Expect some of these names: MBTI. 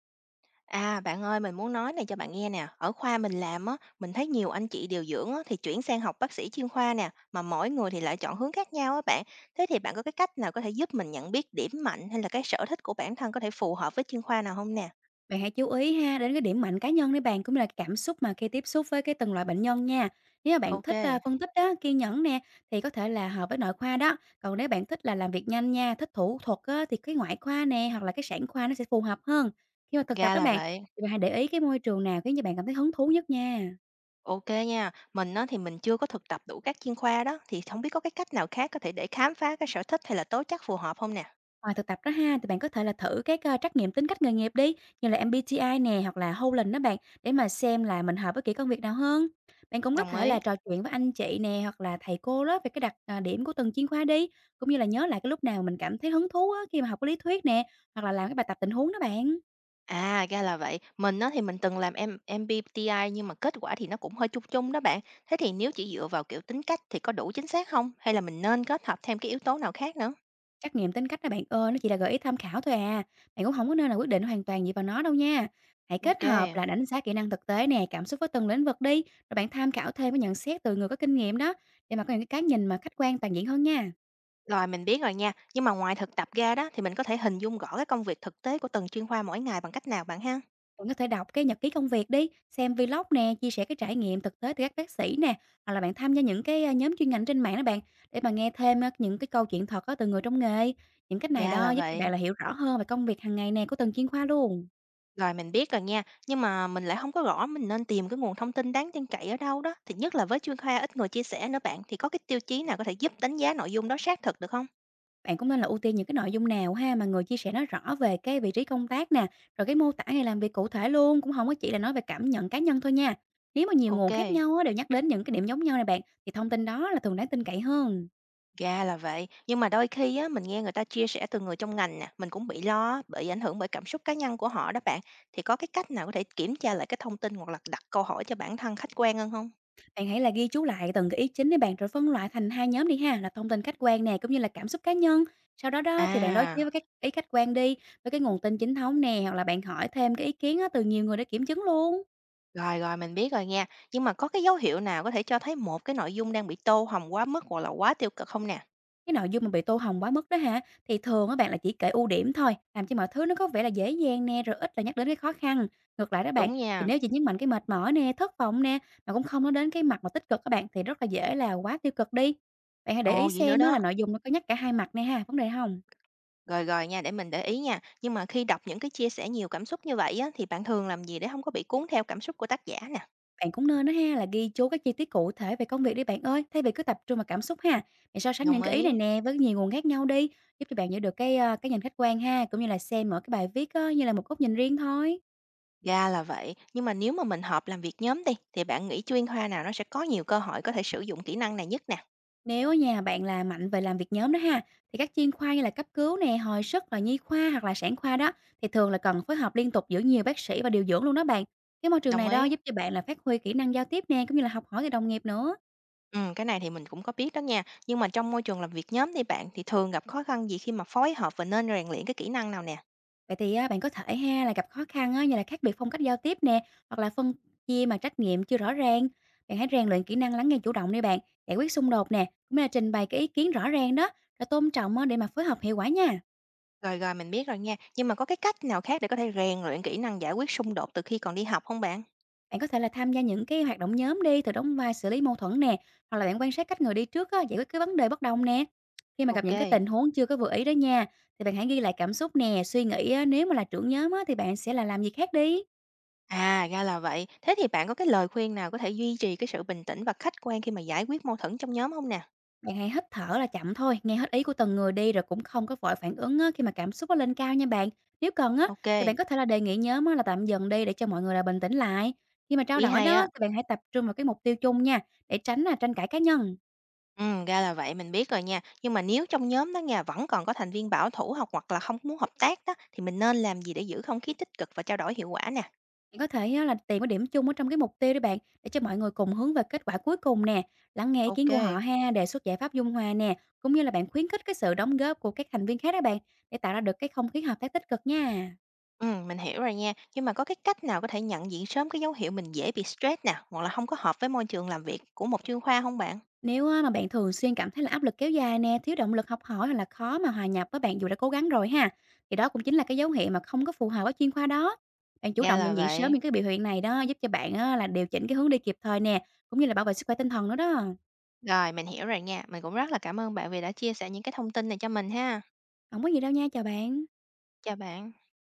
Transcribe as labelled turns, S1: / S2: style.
S1: À, bạn ơi, mình muốn nói này cho bạn nghe nè. Ở khoa mình làm á, mình thấy nhiều anh chị điều dưỡng á, thì chuyển sang học bác sĩ chuyên khoa nè, mà mỗi người thì lại chọn hướng khác nhau á bạn. Thế thì bạn có cái cách nào có thể giúp mình nhận biết điểm mạnh hay là cái sở thích của bản thân có thể phù hợp với chuyên khoa nào không nè?
S2: Bạn hãy chú ý ha đến cái điểm mạnh cá nhân để bạn cũng như là cảm xúc mà khi tiếp xúc với cái từng loại bệnh nhân nha. Nếu mà bạn
S1: Ok,
S2: thích à, phân tích đó, kiên nhẫn nè thì có thể là hợp với nội khoa đó. Còn nếu bạn thích là làm việc nhanh nha, thích thủ thuật á, thì cái ngoại khoa nè hoặc là cái sản khoa nó sẽ phù hợp hơn. Khi mà thực tập
S1: ra
S2: đó
S1: là
S2: bạn
S1: vậy.
S2: thì bạn hãy để ý cái môi trường nào khiến cho bạn cảm thấy hứng thú nhất nha.
S1: Ok nha, mình á, thì mình chưa có thực tập đủ các chuyên khoa đó, thì không biết có cái cách nào khác có thể để khám phá cái sở thích hay là tố chất phù hợp không nè.
S2: Ngoài thực tập đó ha, thì bạn có thể là thử các, trắc nghiệm tính cách nghề nghiệp đi, như là MBTI nè, hoặc là Holland đó bạn, để mà xem là mình hợp với kỹ công việc nào hơn. Bạn cũng có
S1: Đồng
S2: thể
S1: ý.
S2: là trò chuyện với anh chị nè, hoặc là thầy cô đó về cái đặc, à, điểm của từng chuyên khoa đi, cũng như là nhớ lại cái lúc nào mình cảm thấy hứng thú á, khi mà học cái lý thuyết nè, hoặc là làm cái bài tập tình huống đó bạn.
S1: À, ra là vậy. Mình á thì mình từng làm MBTI nhưng mà kết quả thì nó cũng hơi chung chung đó bạn. Thế thì nếu chỉ dựa vào kiểu tính cách thì có đủ chính xác không? Hay là mình nên kết hợp thêm cái yếu tố nào khác nữa?
S2: Trắc nghiệm tính cách đó bạn ơi, nó chỉ là gợi ý tham khảo thôi à, bạn cũng không có nên là quyết định hoàn toàn dựa vào nó đâu nha. Hãy kết
S1: Ok.
S2: hợp là đánh giá kỹ năng thực tế nè, cảm xúc với từng lĩnh vực đi, rồi bạn tham khảo thêm cái nhận xét từ người có kinh nghiệm đó, để mà có những cái nhìn mà khách quan toàn diện hơn nha.
S1: Rồi mình biết rồi nha. Nhưng mà ngoài thực tập ra đó thì mình có thể hình dung rõ cái công việc thực tế của từng chuyên khoa mỗi ngày bằng cách nào bạn ha?
S2: Bạn có thể đọc cái nhật ký công việc đi, xem vlog nè, chia sẻ cái trải nghiệm thực tế từ các bác sĩ nè, hoặc là bạn tham gia những cái, nhóm chuyên ngành trên mạng đó bạn, để mà nghe thêm á những cái câu chuyện thật á từ người trong nghề. Những cách này
S1: Ra
S2: đó
S1: là
S2: giúp cho bạn
S1: vậy.
S2: là hiểu rõ hơn về công việc hàng ngày nè của từng chuyên khoa luôn.
S1: Rồi mình biết rồi nha. Nhưng mà mình lại không có rõ mình nên tìm cái nguồn thông tin đáng tin cậy ở đâu đó. Thì nhất là với chuyên khoa ít người chia sẻ nữa bạn thì có cái tiêu chí nào có thể giúp đánh giá nội dung đó xác thực được không?
S2: Bạn cũng nên là ưu tiên những cái nội dung nào ha, mà người chia sẻ nó rõ về cái vị trí công tác nè, rồi cái mô tả ngày làm việc cụ thể luôn, cũng không có chỉ là nói về cảm nhận cá nhân thôi nha. Nếu mà nhiều
S1: Ok.
S2: nguồn khác nhau á, đều nhắc đến những cái điểm giống nhau này bạn, thì thông tin đó là thường đáng tin cậy hơn.
S1: Ra là vậy, nhưng mà đôi khi á, mình nghe người ta chia sẻ từ người trong ngành nè, mình cũng bị lo bị ảnh hưởng bởi cảm xúc cá nhân của họ đó bạn. Thì có cái cách nào có thể kiểm tra lại cái thông tin hoặc là đặt câu hỏi cho bản thân khách quan hơn không?
S2: Bạn hãy là ghi chú lại từng cái ý chính để bạn rồi phân loại thành hai nhóm đi ha, là thông tin khách quan nè, cũng như là cảm xúc cá nhân. Sau đó đó thì bạn đối chiếu
S1: À,
S2: với các ý khách quan đi, với cái nguồn tin chính thống nè, hoặc là bạn hỏi thêm cái ý kiến á, từ nhiều người để kiểm chứng luôn.
S1: rồi rồi mình biết rồi nha. Nhưng mà có cái dấu hiệu nào có thể cho thấy một cái nội dung đang bị tô hồng quá mức hoặc là quá tiêu cực không nè?
S2: Cái nội dung mà bị tô hồng quá mức đó hả? Thì thường á bạn là chỉ kể ưu điểm thôi, làm cho mọi thứ nó có vẻ là dễ dàng nè, rồi ít là nhắc đến cái khó khăn. Ngược lại đó bạn,
S1: Đúng
S2: thì
S1: nha.
S2: nếu chỉ nhấn mạnh cái mệt mỏi nè, thất vọng nè, mà cũng không nói đến cái mặt mà tích cực các bạn thì rất là dễ là quá tiêu cực đi. Bạn hãy để ý
S1: Ồ vậy nữa
S2: xem á là
S1: đó.
S2: nội dung nó có nhắc cả hai mặt nè ha, vấn đề hông?
S1: Rồi rồi nha, để mình để ý nha. Nhưng mà khi đọc những cái chia sẻ nhiều cảm xúc như vậy á, thì bạn thường làm gì để không có bị cuốn theo cảm xúc của tác giả nè?
S2: Bạn cũng nên á ha là ghi chú các chi tiết cụ thể về công việc đi bạn ơi, thay vì cứ tập trung vào cảm xúc ha. Bạn so sánh
S1: Đồng
S2: những cái ý này
S1: ý.
S2: nè với nhiều nguồn khác nhau đi, giúp cho bạn giữ được cái, cái nhìn khách quan ha, cũng như là xem mỗi cái bài viết á như là một góc nhìn riêng thôi.
S1: Ra là vậy, nhưng mà nếu mà mình hợp làm việc nhóm đi, thì bạn nghĩ chuyên khoa nào nó sẽ có nhiều cơ hội có thể sử dụng kỹ năng này nhất nè?
S2: Nếu ở nhà bạn là mạnh về làm việc nhóm đó ha, thì các chuyên khoa như là cấp cứu nè, hồi sức rồi nhi khoa hoặc là sản khoa đó thì thường là cần phối hợp liên tục giữa nhiều bác sĩ và điều dưỡng luôn đó bạn. Cái môi trường
S1: Đồng
S2: này đó
S1: ý.
S2: giúp cho bạn là phát huy kỹ năng giao tiếp nè, cũng như là học hỏi từ đồng nghiệp nữa.
S1: Ừ, cái này thì mình cũng có biết đó nha. Nhưng mà trong môi trường làm việc nhóm đi bạn thì thường gặp khó khăn gì khi mà phối hợp và nên rèn luyện cái kỹ năng nào nè?
S2: Vậy thì á, bạn có thể ha là gặp khó khăn á, như là khác biệt phong cách giao tiếp nè, hoặc là phân chia mà trách nhiệm chưa rõ ràng. Bạn hãy rèn luyện kỹ năng lắng nghe chủ động đi bạn, giải quyết xung đột nè, cũng như là trình bày cái ý kiến rõ ràng đó, rồi tôn trọng á, để mà phối hợp hiệu quả nha.
S1: Rồi rồi mình biết rồi nha. Nhưng mà có cái cách nào khác để có thể rèn luyện kỹ năng giải quyết xung đột từ khi còn đi học không bạn?
S2: Bạn có thể là tham gia những cái hoạt động nhóm đi, từ đóng vai xử lý mâu thuẫn nè, hoặc là bạn quan sát cách người đi trước á, giải quyết cái vấn đề bất đồng nè. Khi mà gặp những cái
S1: Ok.
S2: tình huống chưa có vừa ý đó nha, thì bạn hãy ghi lại cảm xúc nè, suy nghĩ á, nếu mà là trưởng nhóm á, thì bạn sẽ là làm gì khác đi.
S1: À, ra là vậy. Thế thì bạn có cái lời khuyên nào có thể duy trì cái sự bình tĩnh và khách quan khi mà giải quyết mâu thuẫn trong nhóm không nè?
S2: Bạn hãy hít thở là chậm thôi, nghe hết ý của từng người đi rồi cũng không có vội phản ứng á, khi mà cảm xúc nó lên cao nha bạn. Nếu cần á,
S1: Ok,
S2: thì bạn có thể là đề nghị nhóm á, là tạm dừng đi để cho mọi người là bình tĩnh lại. Khi mà trao
S1: ý
S2: đổi
S1: hay á.
S2: đó thì bạn hãy tập trung vào cái mục tiêu chung nha, để tránh là tranh cãi cá nhân.
S1: Ừ, ra là vậy, mình biết rồi nha. Nhưng mà nếu trong nhóm đó nha, vẫn còn có thành viên bảo thủ hoặc hoặc là không muốn hợp tác đó, thì mình nên làm gì để giữ không khí tích cực và trao đổi hiệu quả nè?
S2: Bạn có thể á là tìm cái điểm chung ở trong cái mục tiêu đi bạn, để cho mọi người cùng hướng về kết quả cuối cùng nè, lắng nghe ý
S1: Ok.
S2: kiến của họ ha, đề xuất giải pháp dung hòa nè, cũng như là bạn khuyến khích cái sự đóng góp của các thành viên khác đó bạn, để tạo ra được cái không khí hợp tác tích cực nha.
S1: Ừ, mình hiểu rồi nha. Nhưng mà có cái cách nào có thể nhận diện sớm cái dấu hiệu mình dễ bị stress nè, hoặc là không có hợp với môi trường làm việc của một chuyên khoa không bạn?
S2: Nếu á mà bạn thường xuyên cảm thấy là áp lực kéo dài nè, thiếu động lực học hỏi hoặc là khó mà hòa nhập với bạn dù đã cố gắng rồi ha, thì đó cũng chính là cái dấu hiệu mà không có phù hợp với chuyên khoa đó. Bạn chủ
S1: Ra
S2: động
S1: là
S2: nhận diện sớm
S1: vậy.
S2: những cái biểu hiện này đó, giúp cho bạn á là điều chỉnh cái hướng đi kịp thời nè, cũng như là bảo vệ sức khỏe tinh thần nữa đó.
S1: Rồi, mình hiểu rồi nha. Mình cũng rất là cảm ơn bạn vì đã chia sẻ những cái thông tin này cho mình ha.
S2: Không có gì đâu nha, chào bạn.
S1: Chào bạn.